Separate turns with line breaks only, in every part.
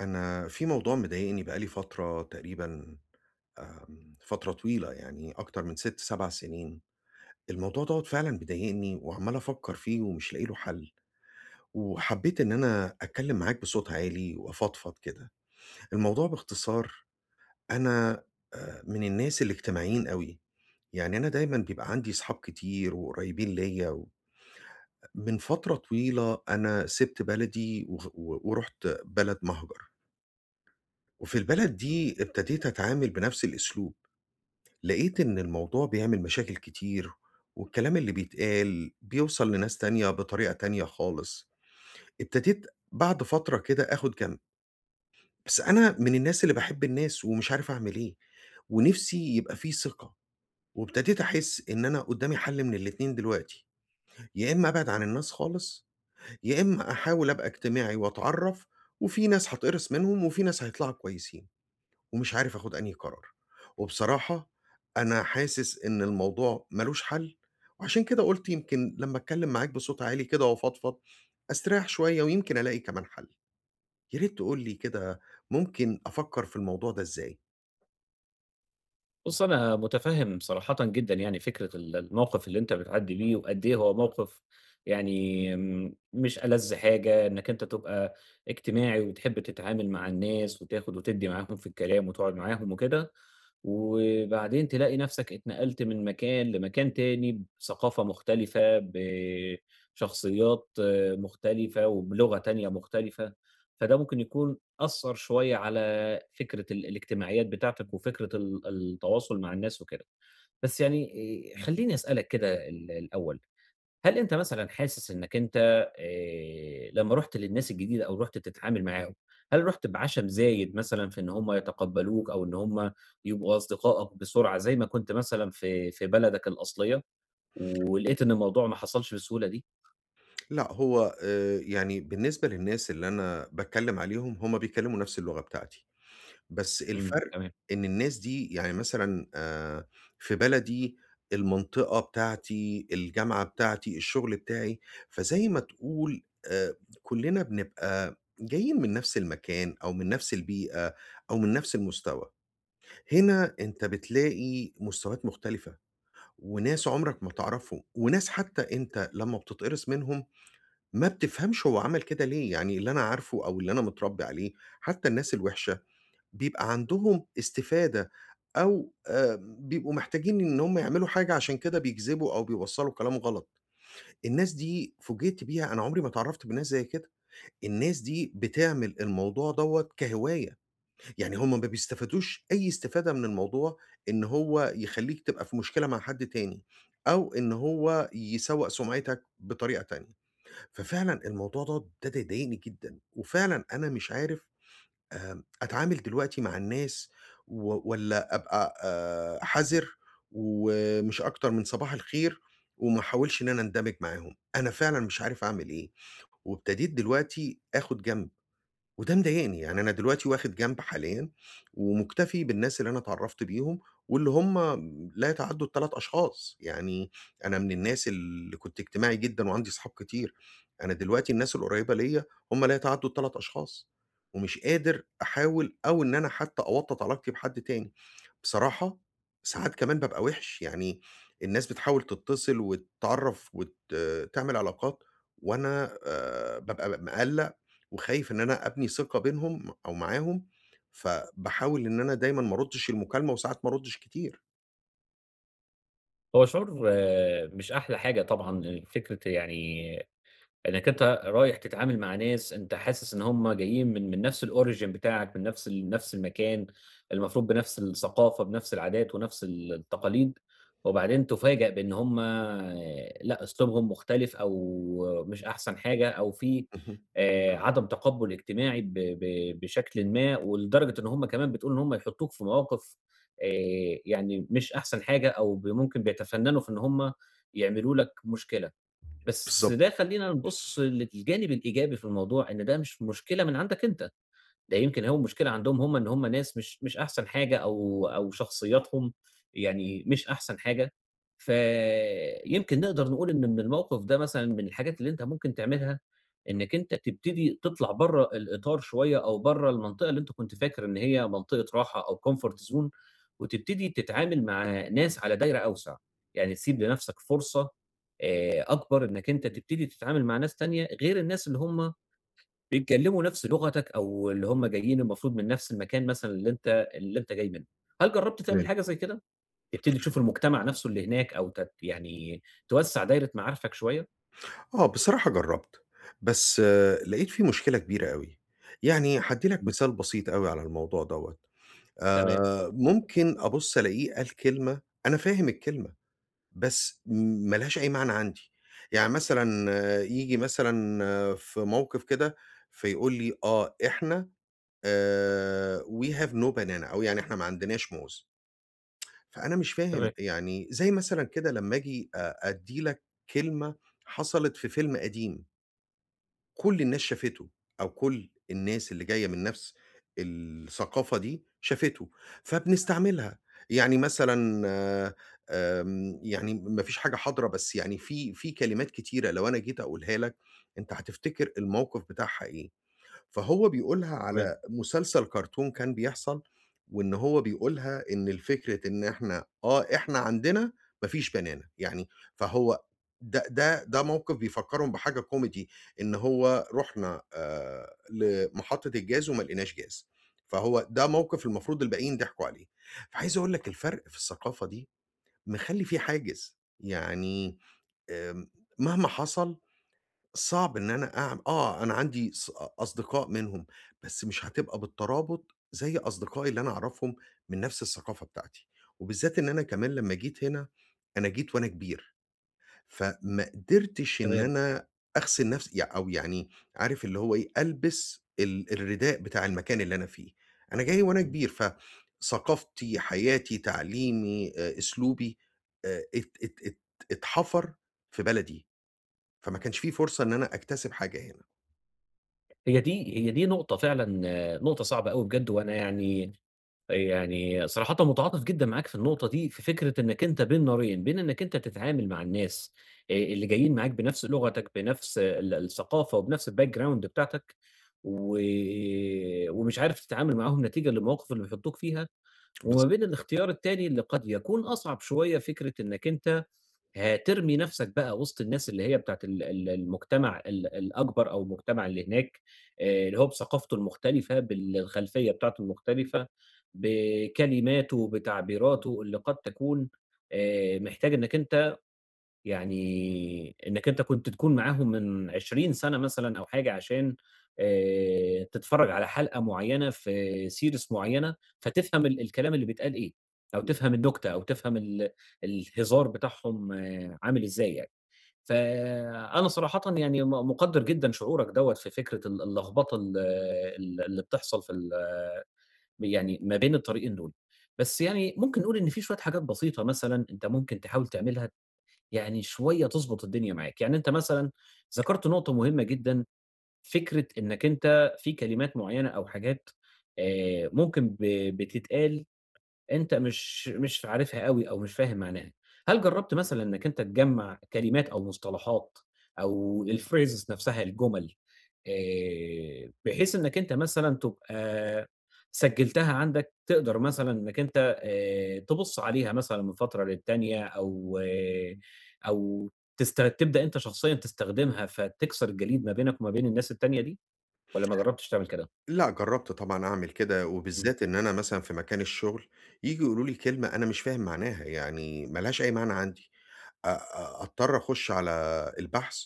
أنا في موضوع مضايقني بقى لي فترة تقريبًا. فترة طويلة يعني أكتر من 6، 7 سنين. الموضوع دوّة فعلًا بيضايقني وعمّال أفكّر فيه ومش لاقي له حل، وحبّيت إن أنا أتكلّم معاك بصوت عالي وأفضفض كده. الموضوع باختصار، أنا من الناس الاجتماعيين أوي، يعني أنا دايمًا بيبقى عندي صحاب كتير وقريبين ليّا، و من فترة طويلة أنا سِبت بلدي وغ و ورُحت بلد مهجر. وفي البلد دي ابتديت أتعامل بنفس الأسلوب، لقيت إن الموضوع بيعمل مشاكل كتير، والكلام اللي بيتقال بيوصل لناس تانية بطريقة تانية خالص. ابتديت بعد فترة كده آخد جنب، بس أنا من الناس اللي باحب الناس ومش عارف أعمل إيه، ونفسي يبقى في ثقة، وابتديت أحس إن أنا قدامي حل من الاتنين دلوقتي، يا إما أبعد عن الناس خالص، يا إما أحاول أبقى اجتماعي وأتعرف، وفي ناس هاتقرص منهم وفي ناس هيطلعوا كويسين. ومش عارف آخُد أنهي قرار. وبصراحة أنا حاسس إن الموضوع ما لوش حَل، وعشان كده قُلت يمكن لمّا أتكلّم معاك بصوت عالي كده وأفضفض، أستريّح شوية ويمكن ألاقي كمان حَل. يا ريت تقول لي كده، ممكن أفكّر في الموضوع ده إزاي؟
بُص، أنا مُتفهِّم صراحةً جدًا يعني فكرة الموقِف اللي أنت بتعدّي بيه وقد إيه هو موقِف. يعني مش ألَذ حاجة إنّك أنت تبقى اجتماعي وبتحب تتعامل مع الناس وتاخُد وتدّي معاهم في الكلام وتقعُد معاهم وكده، وبعدين تلاقي نَفْسك اتنقلت من مكان لمكان تاني بثقافة مختلفة، بشخصيات مختلفة وبلغة تانية مختلفة، فده ممكن يكون أثّر شوية على فكرة الاجتماعيات بتاعتك وفكرة التواصل مع الناس وكده. بس يعني خلّيني أسألك كده الأول، هل أنت مثلًا حاسس إنّك أنت لمّا رُحت للناس الجديدة أو رُحت تتعامل معاهم، هل رُحت بعَشَم زايد مثلًا في إن هم يتقبّلوك أو إن هم يبقوا أصدقائك بسرعة زي ما كنت مثلًا في بلدك الأصلية ولقيت إن الموضوع ما حصلش بالسهولة دي؟
لأ، هو يعني بالنسبة للناس اللي أنا باتكلّم عليهم، هم بيتكلّموا نَفْس اللغة بتاعتي. بس
إمم،
الفرق
تمام.
إن الناس دي يعني مثلًا في بلدي، المنطقة بتاعتي، الجامعة بتاعتي، الشغل بتاعي، فزي ما تقول، كُلّنا بنبقى جايين من نفس المكان أو من نفس البيئة أو من نفس المستوى. هنا أنت بتلاقي مستويات مختلفة وناس عُمرك ما تعرفهم وناس حتّى أنت لمّا بتتقرص منهم ما بتفهمش هو عمل كده ليه، يعني اللي أنا عارفه أو اللي أنا متربّي عليه، حتّى الناس الوحشة بيبقى عندهم استفادة أو بيبقوا محتاجين إن هم يعملوا حاجة، عشان كده بيكذبوا أو بيوصّلوا كلام غلط. الناس دي فوجئت بيها، أنا عمري ما اتعرّفت بناس زي كده. الناس دي بتعمل الموضوع دوّة كهواية، يعني هم ما بيستفادوش أي استفادة من الموضوع، إن هو يخلّيك تبقى في مشكلة مع حد تاني أو إن هو يسوّق سُمعتك بطريقة تانية. ففعلًا الموضوع دوّة ابتدى يضايقني جدًا، وفعلًا أنا مش عارف أتعامل دلوقتي مع الناس، والّا أبقى حذر ومش أكتر من صباح الخير وما احاولش إن أنا أندمج معاهم؟ أنا فعلًا مش عارف أعمل إيه، وابتديت دلوقتي آخد جنب. وده مضايقني، يعني أنا دلوقتي واخد جنب حاليًا، ومُكتفي بالناس اللي أنا اتعرّفت بيهم، واللي هُم لا يتعدّوا ال3 أشخاص. يعني أنا من الناس اللي كنت اجتماعي جدًا وعندي صحاب كتير، أنا دلوقتي الناس القريّبة ليّا هُم لا يتعدّوا ال3 أشخاص، ومش قادر أحاول أو إن أنا حتى أوطّد علاقتي بحد تاني. بصراحة ساعات كمان بابقى وِحِش، يعني الناس بتحاول تتصل وتتعرّف وت تعمل علاقات، وأنا بابقى مقلّق وخايف إن أنا أبني ثقة بينهم أو معاهم، فباحاول إن أنا دايمًا ما أردّش المكالمة وساعات ما أردّش كتير.
هو شعور مش أحلى حاجة طبعًا. فكرة يعني إنّك أنت رايح تتعامل مع ناس أنت حاسس إن هم جايين من نفس الorigin بتاعك، من نفس المكان، المفروض بنفس الثقافة، بنفس العادات، ونفس التقاليد، وبعدين تُفاجأ بإن هم لأ، أسلوبهم مختلف أو مش أحسن حاجة، أو في
اهم.
عدم تقبُّل اجتماعي ب ب بشكلٍ ما، ولدرجة إن هم كمان بتقول إن هم يحطّوك في مواقف آآ يعني مش أحسن حاجة، أو ممكن بيتفنّنوا في إن هم يعملوا لك مشكلة. بس
بالضبط.
ده خلّينا نبُص للجانب الإيجابي في الموضوع، إن ده مش مشكلة من عندك أنت. ده يمكن هو المشكلة عندهم هم، إن هم ناس مش أحسن حاجة أو شخصياتهم يعني مش أحسن حاجة، فيمكن نقدر نقول إن من الموقف ده مثلًا من الحاجات اللي أنت ممكن تعملها، إنّك أنت تبتدي تطلع برّه الإطار شوية أو برّه المنطقة اللي أنت كنت فاكر إن هي منطقة راحة أو comfort zone، وتبتدي تتعامل مع ناس على دايرة أوسع، يعني تسيب لنفْسك فرصة أكبر إنّك أنت تبتدي تتعامل مع ناس تانية غير الناس اللي هم بيتكلّموا نفس لغتك أو اللي هم جايين المفروض من نفس المكان مثلًا اللي أنت جاي منه. هل جرّبت تعمل
تمام.
حاجة زي كده؟ تبتدي تشوف المجتمع نفسه اللي هناك أو يعني توسّع دايرة معارفك شوية؟
آه، بصراحة جرّبت، بس لقيت في مشكلة كبيرة أوي. يعني هادّي لك
إمم،
مثال بسيط أوي على الموضوع دوّة.
تمام،
ممكن أبُص ألاقيه قال كلمة أنا فاهم الكلمة، بس ما لهاش أي معنى عندي. يعني مثلًا ييجي مثلًا في موقف كده فيقول لي: "آه، إحنا we have no banana"، أو يعني إحنا ما عندناش موز. فأنا مش فاهم.
تمام،
يعني زي مثلًا كده لمّا آجي أدّي لك كلمة حصلت في فيلم قديم، كل الناس شافته، أو كل الناس اللي جاية من نفس الثقافة دي شافته، فبنستعملها. يعني مثلًا يعني ما فيش حاجة حاضرة، بس يعني في كلمات كتيرة لو أنا جيت أقولها لك أنت هتفتكر الموقف بتاعها إيه. فهو بيقولها
تمام،
على مسلسل كرتون كان بيحصل، وإن هو بيقولها، إن الفكرة إن إحنا، إحنا عندنا ما فيش بنانة، يعني. فهو ده موقف بيفكّرهم بحاجة كوميدي، إن هو رُحنا لمحطة الجاز وما لقيناش جاز، فهو ده موقف المفروض الباقيين ضحكوا عليه. فعايز أقول لك الفرق في الثقافة دي مخلّي في حاجز، يعني آمم مهما حصل صعب إن أنا أعم آه، أنا عندي أصدقاء منهم، بس مش هتبقى بالترابط زي أصدقائي اللي أنا أعرفهم من نفس الثقافة بتاعتي، وبالذات إن أنا كمان لمّا جيت هنا، أنا جيت وأنا كبير، فما قدرتش إن
تمام،
أنا أغسل نفسي، يع أو يعني عارف اللي هو إيه، ألبس ال الرداء بتاع المكان اللي أنا فيه. أنا جاي وأنا
إمم.
كبير، فثقافتي، حياتي، تعليمي، أسلوبي، ات ات ات اتحفر في بلدي. فما كانش في فرصة إن أنا أكتسب حاجة هنا.
هي دي نقطة فعلًا، نقطة صعبة أوي بجد، وأنا يعني صراحةً متعاطف جدًا معاك في النقطة دي، في فكرة إنّك أنت بين نارين، بين إنّك أنت تتعامل مع الناس اللي جايين معاك بنفس لغتك، بنفس الثقافة وبنفس الbackground بتاعتك، و ومش عارف تتعامل معاهم نتيجة للمواقف اللي بيحطوك فيها،
بالض
وما بين الاختيار التاني اللي قد يكون أصعب شوية، فكرة إنّك أنت هترمي نفسك بقى وسط الناس اللي هي بتاعة ال ال المجتمع الأكبر أو المجتمع اللي هناك، اللي هو بثقافته المختلفة، بالخلفية بتاعته المختلفة، بكلماته، بتعبيراته اللي قد تكون محتاج إنّك أنت، يعني إنّك أنت كنت تكون معاهم من 20 سَنة مثلًا أو حاجة عشان تتفرّج على حلقة معيّنة في series معيّنة، فتفهم الكلام اللي بيتقال إيه، أو تفهم النُكتة أو تفهم الهزار بتاعهم عامل إزاي يعني. فأنا صراحةً يعني مُقدّر جدًا شعورك دوّة في فكرة اللخبطة ال ال اللي بتحصل في يعني ما بين الطريقين دول. بس يعني ممكن نقول إن في شوية حاجات بسيطة مثلًا أنت ممكن تحاول تعملها، يعني شوية تضبط الدنيا معاك، يعني أنت مثلًا ذكرت نقطة مهمة جدًا، فكرة إنّك أنت في كلمات معيّنة أو حاجات ممكن بتتقال أنت مش عارفها أوي أو مش فاهم معناها. هل جرّبت مثلًا إنّك أنت تجمّع كلمات أو مصطلحات أو الphrases نفسها، الجُمل، بحيث إنّك أنت مثلًا تبقى سجّلتها عندك، تقدر مثلًا إنّك أنت تبُص عليها مثلًا من فترة للتانية، أو تبدأ أنت شخصيًا تستخدمها فتكسر الجليد ما بينك وما بين الناس التانية دي، والّا ما جرّبتش تعمل كده؟
لأ، جرّبت طبعًا أعمل كده،
إمم،
وبالذات إن أنا مثلًا في مكان الشغل ييجوا يقولوا لي كلمة أنا مش فاهم معناها، يعني ما لهاش أي معنى عندي، أ أ أضطر أخُش على البحث،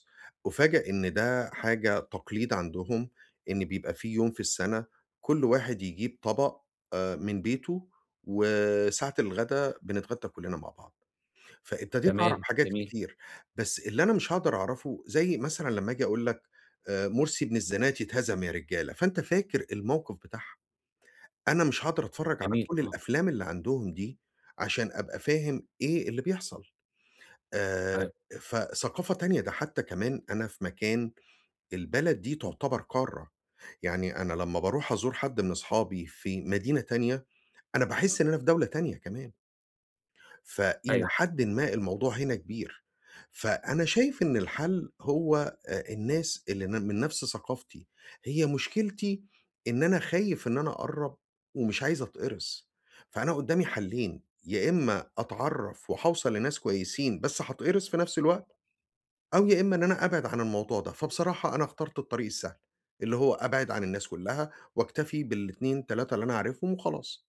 أُفاجأ إن ده حاجة تقليد عندهم، إن بيبقى في يوم في السَنة كل واحد يجيب طبق من بيته، وساعة الغدا بنتغدى كلّنا مع بعض. فابتديت أعرف
تمام،
حاجات
جميل،
كتير، بس اللي أنا مش هاقدر أعرفه زي مثلًا لمّا آجي أقول لك مرسي بن الزناتي اتهزم يا رجالة، فأنت فاكر الموقف بتاعها، أنا مش هاقدر أتفرّج على
جميل،
كل
آه،
الأفلام اللي عندهم دي عشان أبقى فاهم إيه اللي بيحصل. آآ
معاك،
فثقافة تانية، ده حتى كمان أنا في مكان، البلد دي تعتبر قارة، يعني أنا لمّا باروح أزور حد من أصحابي في مدينة تانية، أنا باحس إن أنا في دولة تانية كمان. فإلى
أيوه.
حدٍ ما الموضوع هنا كبير. فأنا شايف إن الحل هو الناس اللي من نفس ثقافتي، هي مشكلتي إن أنا خايف إن أنا أقرّب ومش عايز أتقرص، فأنا قدّامي حلّين، يا إمّا أتعرّف وهاوصل لناس كويسين بس هاتقرص في نفس الوقت، أو يا إمّا إن أنا أبعد عن الموضوع ده. فبصراحة أنا اخترت الطريق السهل، اللي هو أبعد عن الناس كلّها واكتفي بال2، 3 اللي أنا عارفهم وخلاص.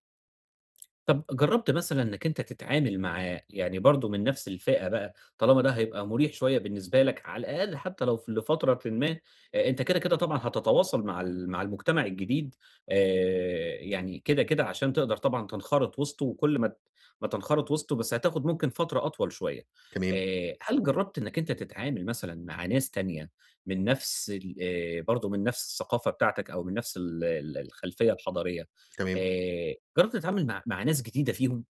طب جرّبت مثلًا إنّك أنت تتعامل معاه، يعني برضه من نَفْس الفئة بقى، طالما ده هيبقى مُريح شوية بالنسبة لك على الأقل حتّى لو لفترةٍ ما، أنت كده، كده طبعًا هتتواصل مع مع المجتمع الجديد، يعني كده، كده عشان تقدر طبعًا تنخرط وسطه، وكل ما ما تنخرط وسطه بس هتاخُد ممكن فترة أطول شوية.
تمام،
هل جرّبت إنّك أنت تتعامل مثلًا مع ناس تانية من نَفْس ال برضه من نَفْس الثقافة بتاعتك أو من نَفْس ال ال الخلفية الحضارية؟
تمام.
جرّبت تتعامل مع ناس جديدة فيهم؟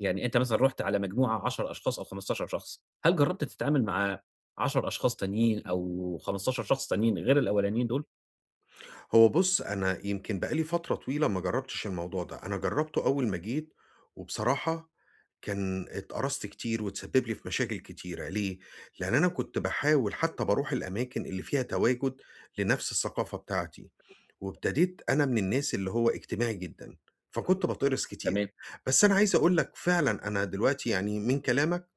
يعني أنت مثلًا رُحت على مجموعة 10 أشخاص أو 15 شخص، هل جرّبت تتعامل مع 10 أشخاص تانيين أو 15 شخص تانيين غير الأولانيين دول؟
هو بُص، أنا يمكن بقى لي فترة طويلة ما جرّبتش الموضوع ده، أنا جرّبته أول ما جيت، وبصراحة كان اتقرصت كتير واتسبب لي في مشاكل كتيرة. ليه؟ لإن أنا كنت
إمم.
باحاول حتى باروح الأماكن اللي فيها تواجد لنفس الثقافة بتاعتي، وابتديت، أنا من الناس اللي هو اجتماعي جدًا، فكنت باتقرص كتير.
تمام،
بس أنا عايز أقول لك فعلًا أنا دلوقتي، يعني من كلامك،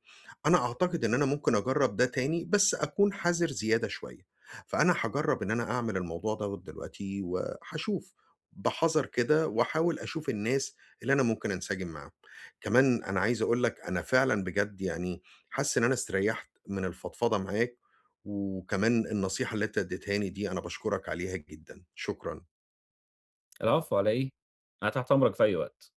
أنا أعتقد إن أنا ممكن أجرّب ده تاني، بس أكون حذر زيادة شوية، فأنا هاجرّب إن أنا أعمل الموضوع دوّة دلوقتي وهاشوف بحَذَر كده، وأحاول أشوف الناس اللي أنا ممكن أنسجم معاهم. كمان أنا عايز أقول لك أنا فعلًا بجد يعني حاسس إن أنا استريّحت من الفضفضة معاك، وكمان النصيحة اللي أنت ادّيتهاني دي أنا باشكرك عليها جدًا، شكرًا.
العفو على إيه، أنا تحت أمرك في أي وقت.